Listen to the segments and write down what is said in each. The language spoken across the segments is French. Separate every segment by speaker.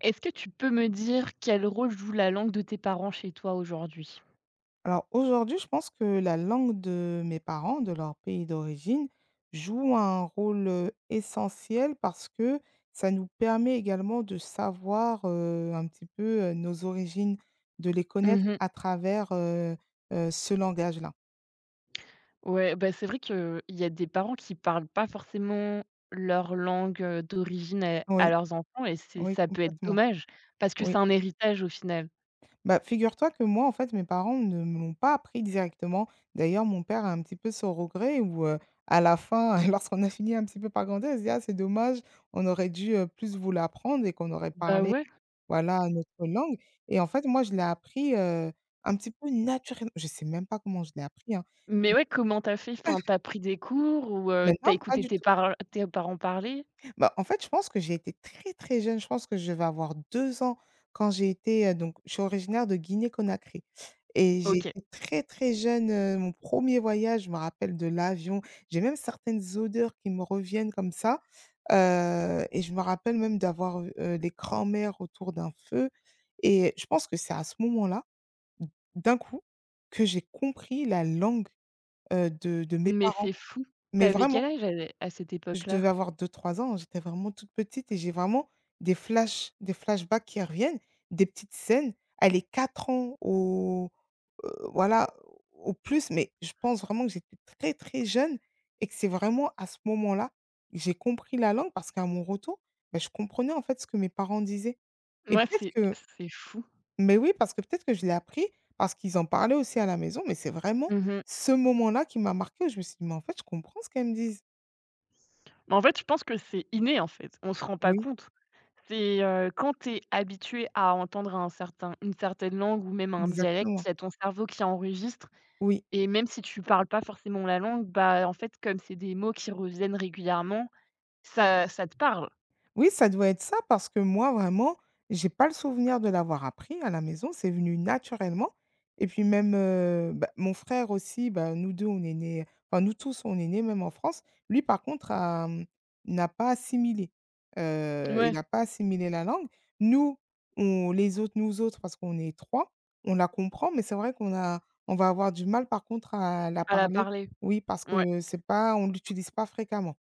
Speaker 1: Est-ce que tu peux me dire quel rôle joue la langue de tes parents chez toi aujourd'hui?
Speaker 2: Alors aujourd'hui, je pense que la langue de mes parents, de leur pays d'origine, joue un rôle, essentiel parce que ça nous permet également de savoir, un petit peu, nos origines, de les
Speaker 1: Mmh
Speaker 2: connaître
Speaker 1: mh.
Speaker 2: à travers, ce langage-là.
Speaker 1: Ouais, bah, c'est vrai qu'il y a des parents qui parlent pas forcément leur langue, d'origine à
Speaker 2: Oui,
Speaker 1: leurs enfants et c'est
Speaker 2: oui,
Speaker 1: ça peut être
Speaker 2: complètement.
Speaker 1: dommage parce que c'est
Speaker 2: Oui.
Speaker 1: un héritage au final.
Speaker 2: Bah, figure-toi que moi, en fait, mes parents ne me l'ont pas appris directement. D'ailleurs, mon père a un petit peu son regret où, à la fin, lorsqu'on a fini un petit peu par grandir, il se dit: «Ah, c'est dommage, on aurait dû, plus vous l'apprendre et qu'on aurait
Speaker 1: Bah,
Speaker 2: parlé,
Speaker 1: ouais,
Speaker 2: voilà, notre langue». Et en fait, moi, je l'ai appris, un petit peu naturellement, je sais même pas comment je l'ai appris, hein.
Speaker 1: mais ouais, comment t'as fait? Enfin, tu pris des cours ou tu
Speaker 2: Maintenant, pas
Speaker 1: écouté
Speaker 2: du
Speaker 1: tes
Speaker 2: tout.
Speaker 1: parents tes parents parler?
Speaker 2: Bah, en fait, je pense que j'ai été très, très jeune. Je pense que je vais avoir 2 ans quand j'ai été, donc je suis originaire de Guinée-Conakry et j'ai
Speaker 1: OK.
Speaker 2: été très, très jeune, mon premier voyage, je me rappelle de l'avion. J'ai même certaines odeurs qui me reviennent comme ça, et je me rappelle même d'avoir, des grands-mères autour d'un feu et je pense que c'est à ce moment-là, d'un coup, que j'ai compris la langue, de mes
Speaker 1: Mais
Speaker 2: parents,
Speaker 1: c'est fou.
Speaker 2: mais
Speaker 1: T'avais quel
Speaker 2: vraiment.
Speaker 1: âge à cette
Speaker 2: Je
Speaker 1: époque-là?
Speaker 2: devais avoir deux trois ans, j'étais vraiment toute petite et j'ai vraiment des flashbacks qui reviennent, des petites scènes, elle est 4 ans au, voilà, au plus, mais je pense vraiment que j'étais très, très jeune et que c'est vraiment à ce moment-là que j'ai compris la langue, parce qu'à mon retour, bah, je comprenais en fait ce que mes parents disaient. Et
Speaker 1: Moi,
Speaker 2: peut-être
Speaker 1: c'est
Speaker 2: que,
Speaker 1: c'est fou.
Speaker 2: mais oui, parce que peut-être que je l'ai appris parce qu'ils en parlaient aussi à la maison, mais c'est vraiment
Speaker 1: Mmh.
Speaker 2: ce moment-là qui m'a marquée où je me suis dit: «Mais en fait, je comprends ce qu'elles me disent».
Speaker 1: Mais en fait, je pense que c'est inné, en fait. On se rend pas
Speaker 2: Oui,
Speaker 1: compte. C'est, quand tu es habitué à entendre un certain une certaine langue ou même un dialecte,
Speaker 2: exactement.
Speaker 1: il y a ton cerveau qui enregistre
Speaker 2: Oui,
Speaker 1: et même si tu parles pas forcément la langue, bah, en fait, comme c'est des mots qui reviennent régulièrement, ça te parle.
Speaker 2: oui, ça doit être ça parce que moi, vraiment, j'ai pas le souvenir de l'avoir appris à la maison, c'est venu naturellement. Et puis même, bah, mon frère aussi, bah, nous 2, on est nés, enfin nous tous, on est nés même en France. Lui par contre n'a pas assimilé, heu, il
Speaker 1: Ouais,
Speaker 2: n'a pas assimilé la langue. Nous, on les autres, nous autres, parce qu'on est 3, on la comprend, mais c'est vrai qu'on va avoir du mal par contre à la
Speaker 1: à la
Speaker 2: parler.
Speaker 1: parler.
Speaker 2: Oui, parce
Speaker 1: Ouais.
Speaker 2: que c'est pas, on l'utilise pas fréquemment.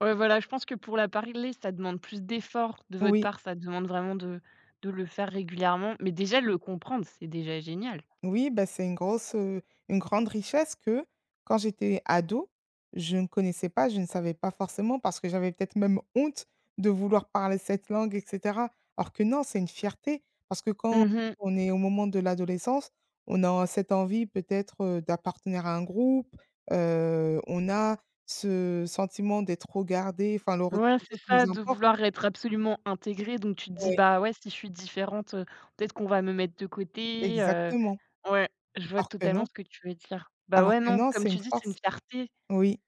Speaker 1: Ouais, voilà, je pense que pour la parler, ça demande plus d'efforts de votre
Speaker 2: Oui.
Speaker 1: part, ça demande vraiment de le faire régulièrement, mais déjà le comprendre, c'est déjà génial.
Speaker 2: Oui, bah, c'est une grosse, une grande richesse que, quand j'étais ado, je ne connaissais pas, je ne savais pas forcément parce que j'avais peut-être même honte de vouloir parler cette langue et cetera. Alors que non, c'est une fierté, parce que quand
Speaker 1: Mmh.
Speaker 2: on est au moment de l'adolescence, on a cette envie peut-être, d'appartenir à un groupe, on a ce sentiment d'être regardé, enfin le regard
Speaker 1: Ouais,
Speaker 2: des
Speaker 1: c'est
Speaker 2: autres
Speaker 1: ça,
Speaker 2: nous
Speaker 1: de
Speaker 2: importe.
Speaker 1: vouloir être absolument intégré. Donc tu te dis:
Speaker 2: Oui,
Speaker 1: «Bah, ouais, si je suis différente, peut-être qu'on va me mettre de côté»,
Speaker 2: exactement.
Speaker 1: ouais, je vois
Speaker 2: Alors que
Speaker 1: totalement
Speaker 2: non
Speaker 1: ce que tu veux dire. Bah,
Speaker 2: alors
Speaker 1: ouais,
Speaker 2: que
Speaker 1: non,
Speaker 2: non,
Speaker 1: comme
Speaker 2: c'est
Speaker 1: tu
Speaker 2: une
Speaker 1: dis, c'est une
Speaker 2: force.
Speaker 1: fierté,
Speaker 2: Oui.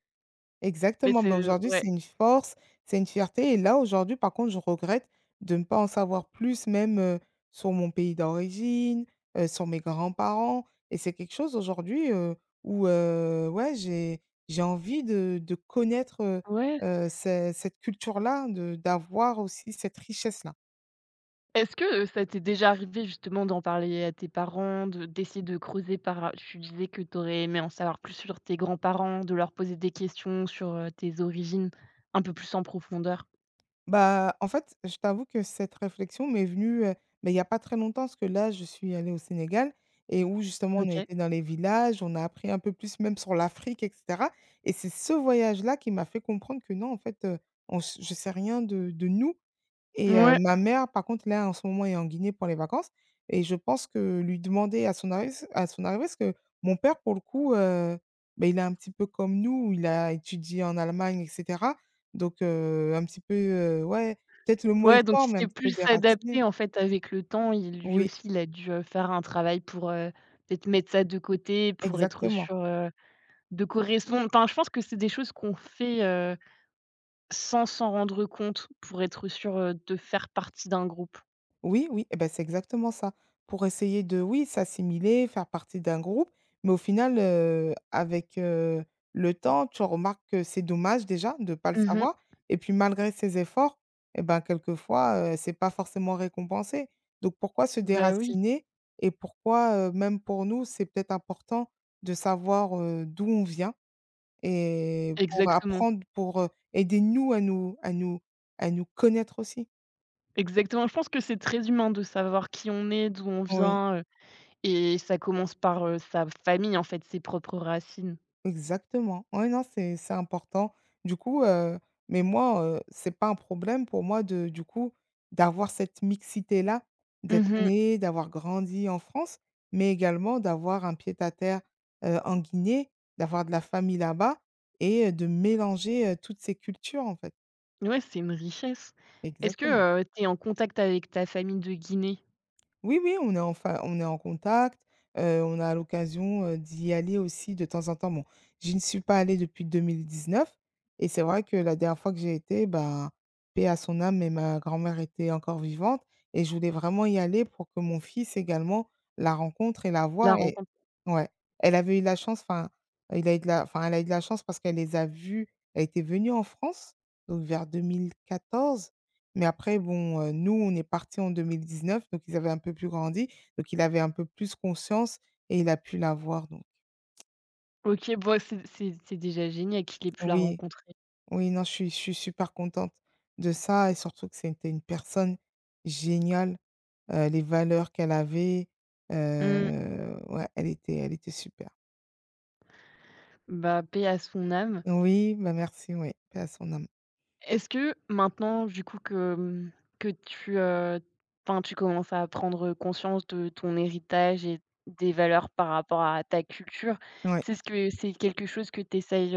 Speaker 1: mais
Speaker 2: Exactement,
Speaker 1: c'est
Speaker 2: bah, aujourd'hui,
Speaker 1: ouais,
Speaker 2: c'est une force, c'est une fierté, et là, aujourd'hui, par contre, je regrette de ne pas en savoir plus, même, sur mon pays d'origine, sur mes grands-parents. Et c'est quelque chose aujourd'hui, ouais, j'ai envie de connaître,
Speaker 1: ouais.
Speaker 2: ce cette culture-là, de d'avoir aussi cette richesse-là.
Speaker 1: Est-ce que ça t'est déjà arrivé justement d'en parler à tes parents, de d'essayer de creuser par, tu disais que t'aurais aimé en savoir plus sur tes grands-parents, de leur poser des questions sur, tes origines un peu plus en profondeur?
Speaker 2: Bah, en fait, je t'avoue que cette réflexion m'est venue, mais il y a pas très longtemps, parce que là, je suis allée au Sénégal et où justement on a
Speaker 1: OK.
Speaker 2: été dans les villages, on a appris un peu plus même sur l'Afrique et cetera. Et c'est ce voyage-là qui m'a fait comprendre que non, en fait, on s je sais rien de nous. Et
Speaker 1: Ouais,
Speaker 2: ma mère, par contre, là, en ce moment, est en Guinée pour les vacances, et je pense que lui demander, à son arrivée, parce que mon père, pour le coup, beh, il est un petit peu comme nous, il a étudié en Allemagne et cetera. Donc un petit peu, ouais, peut-être le mot
Speaker 1: ouais,
Speaker 2: est
Speaker 1: donc
Speaker 2: fort,
Speaker 1: il
Speaker 2: mais un
Speaker 1: s'est
Speaker 2: petit peu
Speaker 1: plus adapté
Speaker 2: déraciné.
Speaker 1: en fait avec le temps. Il Lui
Speaker 2: Oui,
Speaker 1: aussi, il a dû, faire un travail pour, peut-être mettre ça de côté, pour être
Speaker 2: exactement.
Speaker 1: sûr, de correspondre. Enfin, je pense que c'est des choses qu'on fait, sans s'en rendre compte, pour être sûr, de faire partie d'un groupe.
Speaker 2: Oui, oui, eh ben, c'est exactement ça. Pour essayer de, oui, s'assimiler, faire partie d'un groupe, mais au final, avec, le temps, tu remarques que c'est dommage déjà de ne pas le
Speaker 1: Mmh.
Speaker 2: savoir. Et puis malgré ses efforts, eh ben, quelquefois, c'est pas forcément récompensé. Donc pourquoi se
Speaker 1: Bah oui.
Speaker 2: déraciner, et pourquoi, même pour nous, c'est peut-être important de savoir, d'où on vient et pour
Speaker 1: Exactement,
Speaker 2: apprendre, pour, aider nous à nous connaître aussi.
Speaker 1: exactement. Je pense que c'est très humain de savoir qui on est, d'où on
Speaker 2: Oui.
Speaker 1: vient, heu, et ça commence par, sa famille, en fait, ses propres racines.
Speaker 2: Exactement. Oui, non, c'est important. Du coup, mais moi, c'est pas un problème pour moi, de du coup, d'avoir cette mixité-là, d'être
Speaker 1: Mmh mh.
Speaker 2: né, d'avoir grandi en France, mais également d'avoir un pied-à-terre, en Guinée, d'avoir de la famille là-bas et de mélanger, toutes ces cultures, en fait.
Speaker 1: Ouais, c'est une richesse. Est-ce que,
Speaker 2: Exactement.
Speaker 1: tu es en contact avec ta famille de Guinée?
Speaker 2: Oui, oui, on est en contact, on a l'occasion, d'y aller aussi de temps en temps. Bon, je ne suis pas allée depuis 2019 et c'est vrai que la dernière fois que j'ai été, bah, paix à son âme, mais ma grand-mère était encore vivante et je voulais vraiment y aller pour que mon fils également la rencontre et la
Speaker 1: La
Speaker 2: voie et
Speaker 1: rencontre?
Speaker 2: ouais. Elle avait eu la chance, enfin, il a eu de la enfin, elle a eu de la chance parce qu'elle les a vus, elle était venue en France, donc vers 2014. Mais après, bon, nous, on est partis en 2019, donc ils avaient un peu plus grandi, donc il avait un peu plus conscience et il a pu l'avoir, donc
Speaker 1: OK, bah, c'est déjà génial qu'il ait pu la
Speaker 2: oui,
Speaker 1: rencontrer.
Speaker 2: oui, non, je suis super contente de ça, et surtout que c'était une personne géniale, les valeurs qu'elle avait,
Speaker 1: Mmh.
Speaker 2: ouais, elle était super.
Speaker 1: Bah, paix à son âme.
Speaker 2: Oui, bah, merci, oui, paix à son âme.
Speaker 1: Est-ce que maintenant, du coup, que, mmh, que tu, enfin, tu commences à prendre conscience de ton héritage et des valeurs par rapport à ta culture,
Speaker 2: Ouais.
Speaker 1: c'est quelque chose que tu essayes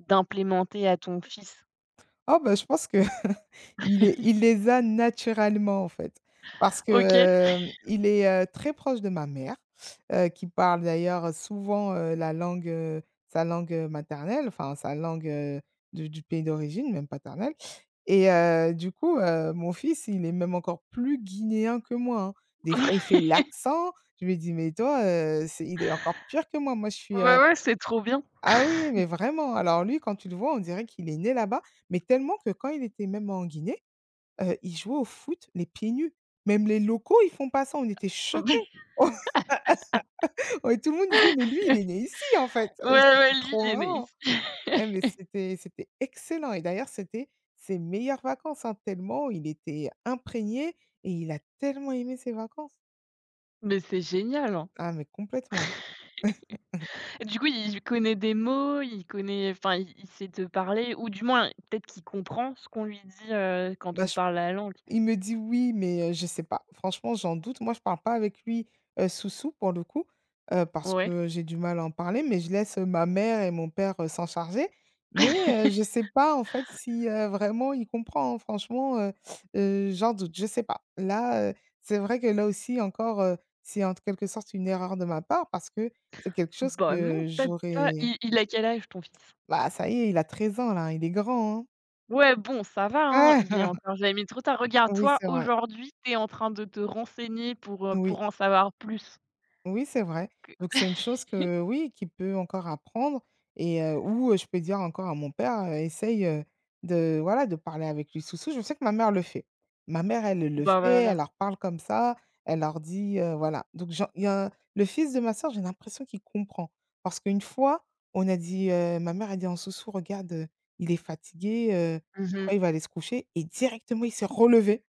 Speaker 1: d'implémenter à ton fils?
Speaker 2: Ah bah, je pense que il les a naturellement, en fait. Parce que,
Speaker 1: OK.
Speaker 2: il est, très proche de ma mère, qui parle d'ailleurs souvent, la langue, sa langue, maternelle, enfin sa langue, du pays d'origine, même paternelle. Et du coup, mon fils, il est même encore plus guinéen que moi, hein. Des fois, il fait l'accent, je me dis: «Mais toi, c'est, il est encore pire que moi». Moi, je suis,
Speaker 1: Ouais, ouais, c'est trop bien.
Speaker 2: ah oui, oui, mais vraiment. Alors lui, quand tu le vois, on dirait qu'il est né là-bas, mais tellement que quand il était même en Guinée, il jouait au foot les pieds nus. Même les locaux, ils font pas ça, on était choqués.
Speaker 1: Ouais,
Speaker 2: Ouais, tout le monde disait: «Mais lui, il est né ici, en fait». Et
Speaker 1: ouais,
Speaker 2: c'était
Speaker 1: lui,
Speaker 2: trop
Speaker 1: il est né
Speaker 2: marrant.
Speaker 1: ici.
Speaker 2: Eh, mais c'était excellent, et d'ailleurs, c'était ses meilleures vacances, hein, tellement il était imprégné et il a tellement aimé ses vacances.
Speaker 1: Mais c'est génial, hein.
Speaker 2: Ah, mais complètement.
Speaker 1: Et du coup, il connaît des mots, il connaît enfin, il sait te parler ou du moins peut-être qu'il comprend ce qu'on lui dit, quand
Speaker 2: Bah,
Speaker 1: on
Speaker 2: je,
Speaker 1: parle la langue?
Speaker 2: il me dit: «Oui», mais je sais pas. Franchement, j'en doute. Moi, je parle pas avec lui, sous-sous, pour le coup, parce
Speaker 1: Ouais.
Speaker 2: que j'ai du mal à en parler, mais je laisse, ma mère et mon père, s'en charger. Mais je sais pas en fait si, vraiment il comprend, hein. Franchement, j'en doute, je sais pas. Là, c'est vrai que là aussi encore, c'est en quelque sorte une erreur de ma part parce que c'est quelque chose
Speaker 1: Bah, non,
Speaker 2: que
Speaker 1: peut-être pas.
Speaker 2: j'aurais,
Speaker 1: Il a quel âge ton fils?
Speaker 2: bah, ça y est, il a 13 ans là, il est grand, hein.
Speaker 1: Ouais, bon, ça va, hein, il est encore jamais trop tard. Regarde,
Speaker 2: Oui,
Speaker 1: toi,
Speaker 2: c'est vrai.
Speaker 1: aujourd'hui, t'es en train de te renseigner
Speaker 2: Oui.
Speaker 1: pour en savoir plus
Speaker 2: Oui, c'est vrai.
Speaker 1: que
Speaker 2: Donc c'est une chose que oui, qui peut encore apprendre, et je peux dire encore à mon père, «Essaye, de voilà, de parler avec lui sous-sous». Je sais que ma mère le fait. Ma mère, elle, le
Speaker 1: bah,
Speaker 2: fait,
Speaker 1: voilà.
Speaker 2: elle leur parle comme ça, elle leur dit, voilà. Donc j'en il y a le fils de ma sœur, j'ai l'impression qu'il comprend, parce qu'une fois, on a dit, ma mère a dit en sous-sous: «Regarde, il est fatigué, je crois
Speaker 1: Mmh.
Speaker 2: il va aller se coucher», et directement il s'est relevé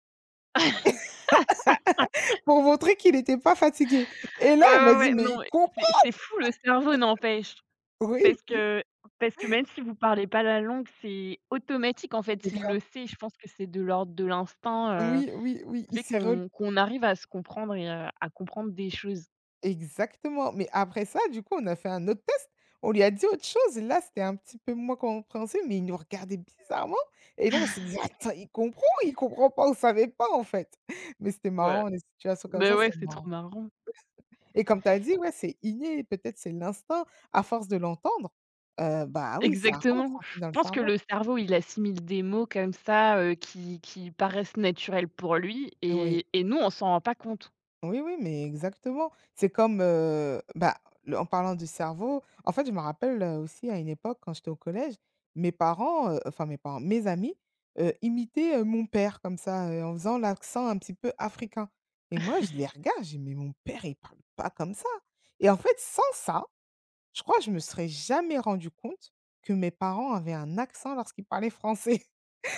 Speaker 2: pour montrer qu'il n'était pas fatigué, et là,
Speaker 1: Ouais,
Speaker 2: elle m'a
Speaker 1: ouais,
Speaker 2: dit:
Speaker 1: ouais,
Speaker 2: «Mais
Speaker 1: non,
Speaker 2: il
Speaker 1: mais c'est
Speaker 2: comprend!»
Speaker 1: c'est fou le cerveau, n'empêche.
Speaker 2: Oui.
Speaker 1: Parce que parce que même si vous parlez pas la langue, c'est automatique, en
Speaker 2: Mais
Speaker 1: fait, il le
Speaker 2: grave.
Speaker 1: sait. Je pense que c'est de l'ordre de l'instinct,
Speaker 2: Oui, oui, oui,
Speaker 1: qui
Speaker 2: il
Speaker 1: fait
Speaker 2: s'est relu
Speaker 1: qu'on arrive à se comprendre et à comprendre des choses.
Speaker 2: exactement, mais après ça, du coup, on a fait un autre test. On lui a dit autre chose. Là, c'était un petit peu moins compréhensible, mais il nous regardait bizarrement et là, on s'est dit: «Attends, il comprend ou il comprend pas?» On savait pas, en fait. Mais c'était
Speaker 1: Ouais.
Speaker 2: marrant, les situations comme
Speaker 1: Beh,
Speaker 2: ça,
Speaker 1: ouais,
Speaker 2: c'est
Speaker 1: c'est trop
Speaker 2: marrant.
Speaker 1: marrant.
Speaker 2: Et comme tu as dit, ouais, c'est inné, peut-être c'est l'instinct. À force de l'entendre, oui, ça rentre,
Speaker 1: Exactement.
Speaker 2: en fait,
Speaker 1: Je
Speaker 2: dans le
Speaker 1: pense que
Speaker 2: cerveau.
Speaker 1: le cerveau, il assimile des mots comme ça, qui paraissent naturels pour lui
Speaker 2: Oui.
Speaker 1: et nous, on s'en rend pas compte.
Speaker 2: Oui, oui, mais exactement. C'est comme, le en parlant du cerveau, en fait, je me rappelle, aussi à une époque quand j'étais au collège, mes parents, enfin mes parents, mes amis, imitaient, mon père comme ça, en faisant l'accent un petit peu africain et moi je les regarde, je dis: «Mais mon père il parle pas comme ça» et en fait sans ça, je crois que je me serais jamais rendu compte que mes parents avaient un accent lorsqu'ils parlaient français.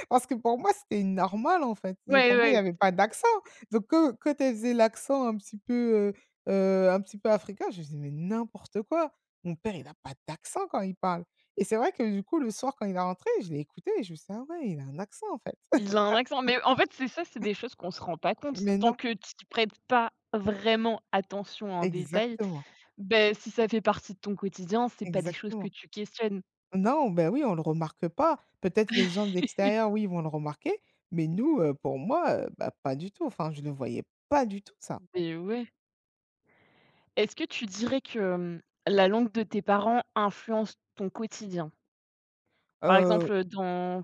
Speaker 2: Parce que pour moi, c'était une normale, en fait et
Speaker 1: Ouais,
Speaker 2: pour moi, il y
Speaker 1: ouais,
Speaker 2: avait pas d'accent. Donc que quand elle faisait l'accent un petit peu africain, je me disais: «Mais n'importe quoi! Mon père, il a pas d'accent quand il parle» et c'est vrai que du coup, le soir, quand il est rentré, je l'ai écouté et je me suis dit: «Ah ouais, il a un accent, en fait».
Speaker 1: il a un accent, mais en fait, c'est ça, c'est des choses qu'on se rend pas compte.
Speaker 2: Mais
Speaker 1: Tant
Speaker 2: non,
Speaker 1: que tu y prêtes pas vraiment attention en détail,
Speaker 2: exactement,
Speaker 1: ben si ça fait partie de ton quotidien, c'est pas des choses que
Speaker 2: exactement.
Speaker 1: tu questionnes.
Speaker 2: Non, ben oui, on le remarque pas. Peut-être les gens de l'extérieur, oui, vont le remarquer, mais nous, pour moi, pas du tout. Enfin, je ne le voyais pas du tout, ça.
Speaker 1: Mais ouais. Est-ce que tu dirais que, hem, la langue de tes parents influence ton quotidien? Par
Speaker 2: Heu
Speaker 1: exemple, dans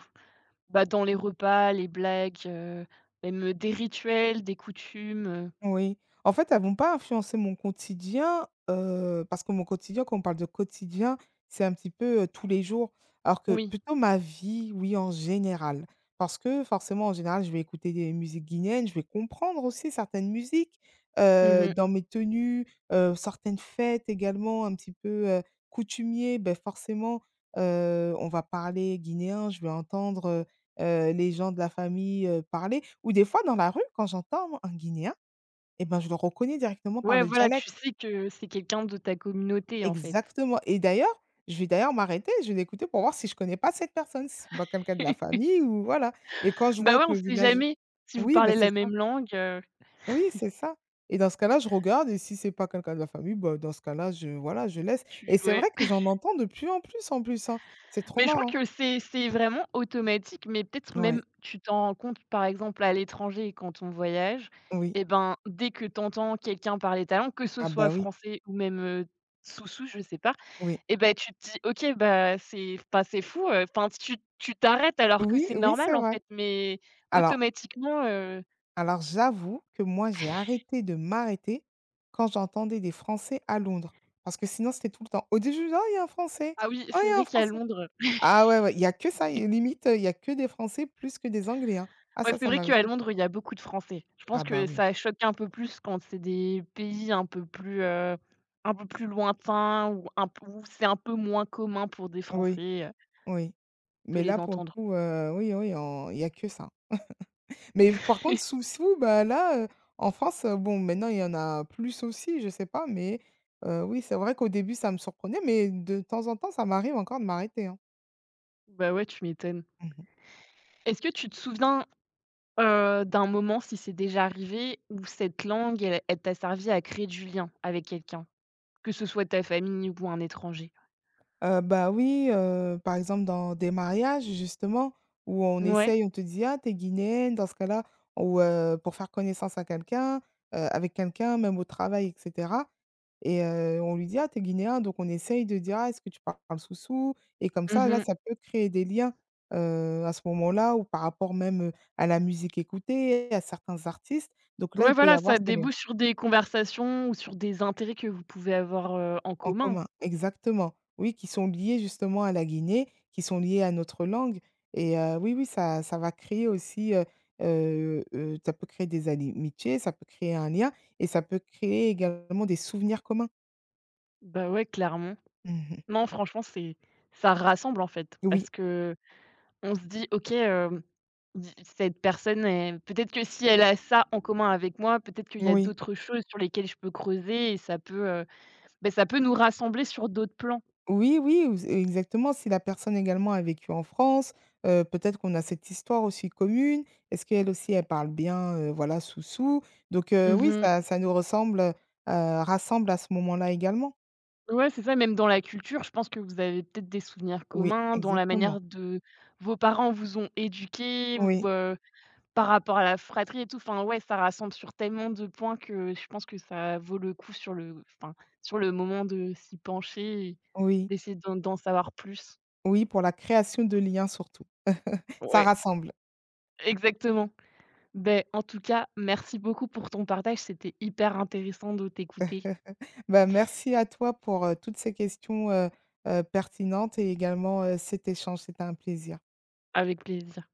Speaker 1: bah, dans les repas, les blagues, même, des rituels, des coutumes,
Speaker 2: Oui. En fait, elles vont pas influencer mon quotidien, parce que mon quotidien, quand on parle de quotidien, c'est un petit peu, tous les jours. Alors que
Speaker 1: oui.
Speaker 2: plutôt ma vie, oui, en général. Parce que forcément, en général, je vais écouter des musiques guinéennes, je vais comprendre aussi certaines musiques,
Speaker 1: Mmh.
Speaker 2: dans mes tenues, certaines fêtes également un petit peu, coutumier, ben forcément, on va parler guinéen, je vais entendre, les gens de la famille, parler ou des fois dans la rue quand j'entends un guinéen eh ben, je le reconnais directement par
Speaker 1: Ouais,
Speaker 2: le
Speaker 1: voilà,
Speaker 2: dialecte.
Speaker 1: tu sais que c'est quelqu'un de ta communauté, en fait.
Speaker 2: Exactement et d'ailleurs, je vais d'ailleurs m'arrêter, je vais l'écouter pour voir si je connais pas cette personne, si c'est pas quelqu'un de la famille ou voilà et quand je
Speaker 1: Bah,
Speaker 2: vois
Speaker 1: ouais,
Speaker 2: que
Speaker 1: on
Speaker 2: le
Speaker 1: sait
Speaker 2: village
Speaker 1: jamais si vous
Speaker 2: oui, ben
Speaker 1: parlez
Speaker 2: c'est
Speaker 1: la
Speaker 2: ça.
Speaker 1: même langue,
Speaker 2: Oui, c'est ça et dans ce cas-là, je regarde et si c'est pas quelqu'un de la famille, bah, dans ce cas-là, je voilà, je laisse
Speaker 1: tu
Speaker 2: et c'est
Speaker 1: ouais.
Speaker 2: vrai que j'en entends de plus en plus, en plus, hein. C'est trop
Speaker 1: Mais je crois
Speaker 2: marrant.
Speaker 1: que c'est vraiment automatique, mais peut-être même
Speaker 2: Ouais,
Speaker 1: tu t'en rends compte, par exemple, à l'étranger quand on voyage
Speaker 2: oui.
Speaker 1: et ben, dès que tu entends quelqu'un parler ta langue, que ce
Speaker 2: Ah
Speaker 1: soit
Speaker 2: bah, oui,
Speaker 1: français ou même, zouzou, je sais pas.
Speaker 2: oui.
Speaker 1: Et ben tu te dis: «OK, bah, c'est enfin, c'est fou», enfin, tu t'arrêtes alors que
Speaker 2: Oui,
Speaker 1: c'est
Speaker 2: oui,
Speaker 1: normal,
Speaker 2: c'est
Speaker 1: en
Speaker 2: vrai.
Speaker 1: fait, mais
Speaker 2: Alors
Speaker 1: automatiquement, heu,
Speaker 2: Alors j'avoue que moi, j'ai arrêté de m'arrêter quand j'entendais des Français à Londres, parce que sinon c'était tout le temps: «Au début, je me disais, oh il y a un Français,
Speaker 1: ah oui,
Speaker 2: oh
Speaker 1: c'est
Speaker 2: il y a
Speaker 1: vrai
Speaker 2: un
Speaker 1: qu'à
Speaker 2: Français».
Speaker 1: Londres,
Speaker 2: Ah ouais, ouais, il y a que ça et limite, il y a que des Français plus que des Anglais, hein. Ah
Speaker 1: ouais,
Speaker 2: ça,
Speaker 1: c'est
Speaker 2: ça
Speaker 1: vrai
Speaker 2: m'avait
Speaker 1: qu'à
Speaker 2: choquée.
Speaker 1: Londres, il y a beaucoup de Français. Je pense
Speaker 2: Ah bah
Speaker 1: que
Speaker 2: oui.
Speaker 1: ça choque un peu plus quand c'est des pays un peu plus lointains ou un peu où c'est un peu moins commun pour des
Speaker 2: Oui,
Speaker 1: Français,
Speaker 2: oui.
Speaker 1: de
Speaker 2: Mais là
Speaker 1: les
Speaker 2: pour le
Speaker 1: entendre.
Speaker 2: coup, oui, oui, en il y a que ça. Mais par contre sous sous, bah là, en France, bon maintenant il y en a plus aussi, je sais pas, mais oui, c'est vrai qu'au début ça me surprenait, mais de temps en temps ça m'arrive encore de m'arrêter, hein.
Speaker 1: Bah, ouais, tu m'étonnes.
Speaker 2: Mmh.
Speaker 1: Est-ce que tu te souviens, d'un moment, si c'est déjà arrivé, où cette langue, elle t'a servi à créer du lien avec quelqu'un? Que ce soit ta famille ou un étranger.
Speaker 2: Oui, par exemple dans des mariages justement où on
Speaker 1: Ouais.
Speaker 2: essaye, on te dit: «Ah, tu es guinéenne» dans ce cas-là ou pour faire connaissance à quelqu'un, avec quelqu'un, même au travail et cetera et on lui dit: «Ah, tu es guinéen» donc on essaye de dire: «Ah, est-ce que tu parles soussou ?» et comme
Speaker 1: Mmh
Speaker 2: ça, là,
Speaker 1: mh.
Speaker 2: ça peut créer des liens, à ce moment-là ou par rapport même, à la musique écoutée, à certains artistes donc là,
Speaker 1: Ouais,
Speaker 2: il peut y
Speaker 1: voilà,
Speaker 2: avoir
Speaker 1: ça
Speaker 2: ce lien.
Speaker 1: débouche sur des conversations ou sur des intérêts que vous pouvez avoir, en
Speaker 2: En
Speaker 1: commun.
Speaker 2: commun, exactement. Oui, qui sont liés justement à la Guinée, qui sont liés à notre langue et oui, oui, ça ça va créer aussi, ça peut créer des amitiés, ça peut créer un lien et ça peut créer également des souvenirs communs.
Speaker 1: Bah, ouais, clairement.
Speaker 2: Mmh.
Speaker 1: Non, franchement, c'est ça rassemble, en fait,
Speaker 2: Oui,
Speaker 1: parce qu'on se dit: «OK, hem, di cette personne est peut-être que si elle a ça en commun avec moi, peut-être qu'il y a
Speaker 2: oui.
Speaker 1: d'autres choses sur lesquelles je peux creuser» et ça peut, beh, ça peut nous rassembler sur d'autres plans.
Speaker 2: Oui, oui, ou exactement. Si la personne également a vécu en France, peut-être qu'on a cette histoire aussi commune. Est-ce qu'elle aussi, elle parle bien, voilà, Soussou? Donc
Speaker 1: Mmh
Speaker 2: oui,
Speaker 1: mh.
Speaker 2: ça ça nous ressemble, rassemble à ce moment-là également.
Speaker 1: Ouais, c'est ça, même dans la culture, je pense que vous avez peut-être des souvenirs
Speaker 2: Oui,
Speaker 1: communs dans la
Speaker 2: exactement.
Speaker 1: manière de vos parents vous ont éduqués
Speaker 2: Oui,
Speaker 1: ou, par rapport à la fratrie et tout. Enfin, ouais, ça rassemble sur tellement de points que je pense que ça vaut le coup sur le enfin, sur le moment de s'y pencher et
Speaker 2: oui,
Speaker 1: d'essayer d'en savoir plus.
Speaker 2: oui, pour la création de liens surtout. Ça
Speaker 1: Ouais,
Speaker 2: rassemble.
Speaker 1: exactement. Ben, en tout cas, merci beaucoup pour ton partage, c'était hyper intéressant de t'écouter.
Speaker 2: Bah, merci à toi pour, toutes ces questions, pertinentes et également, cet échange. C'était un plaisir.
Speaker 1: Avec plaisir.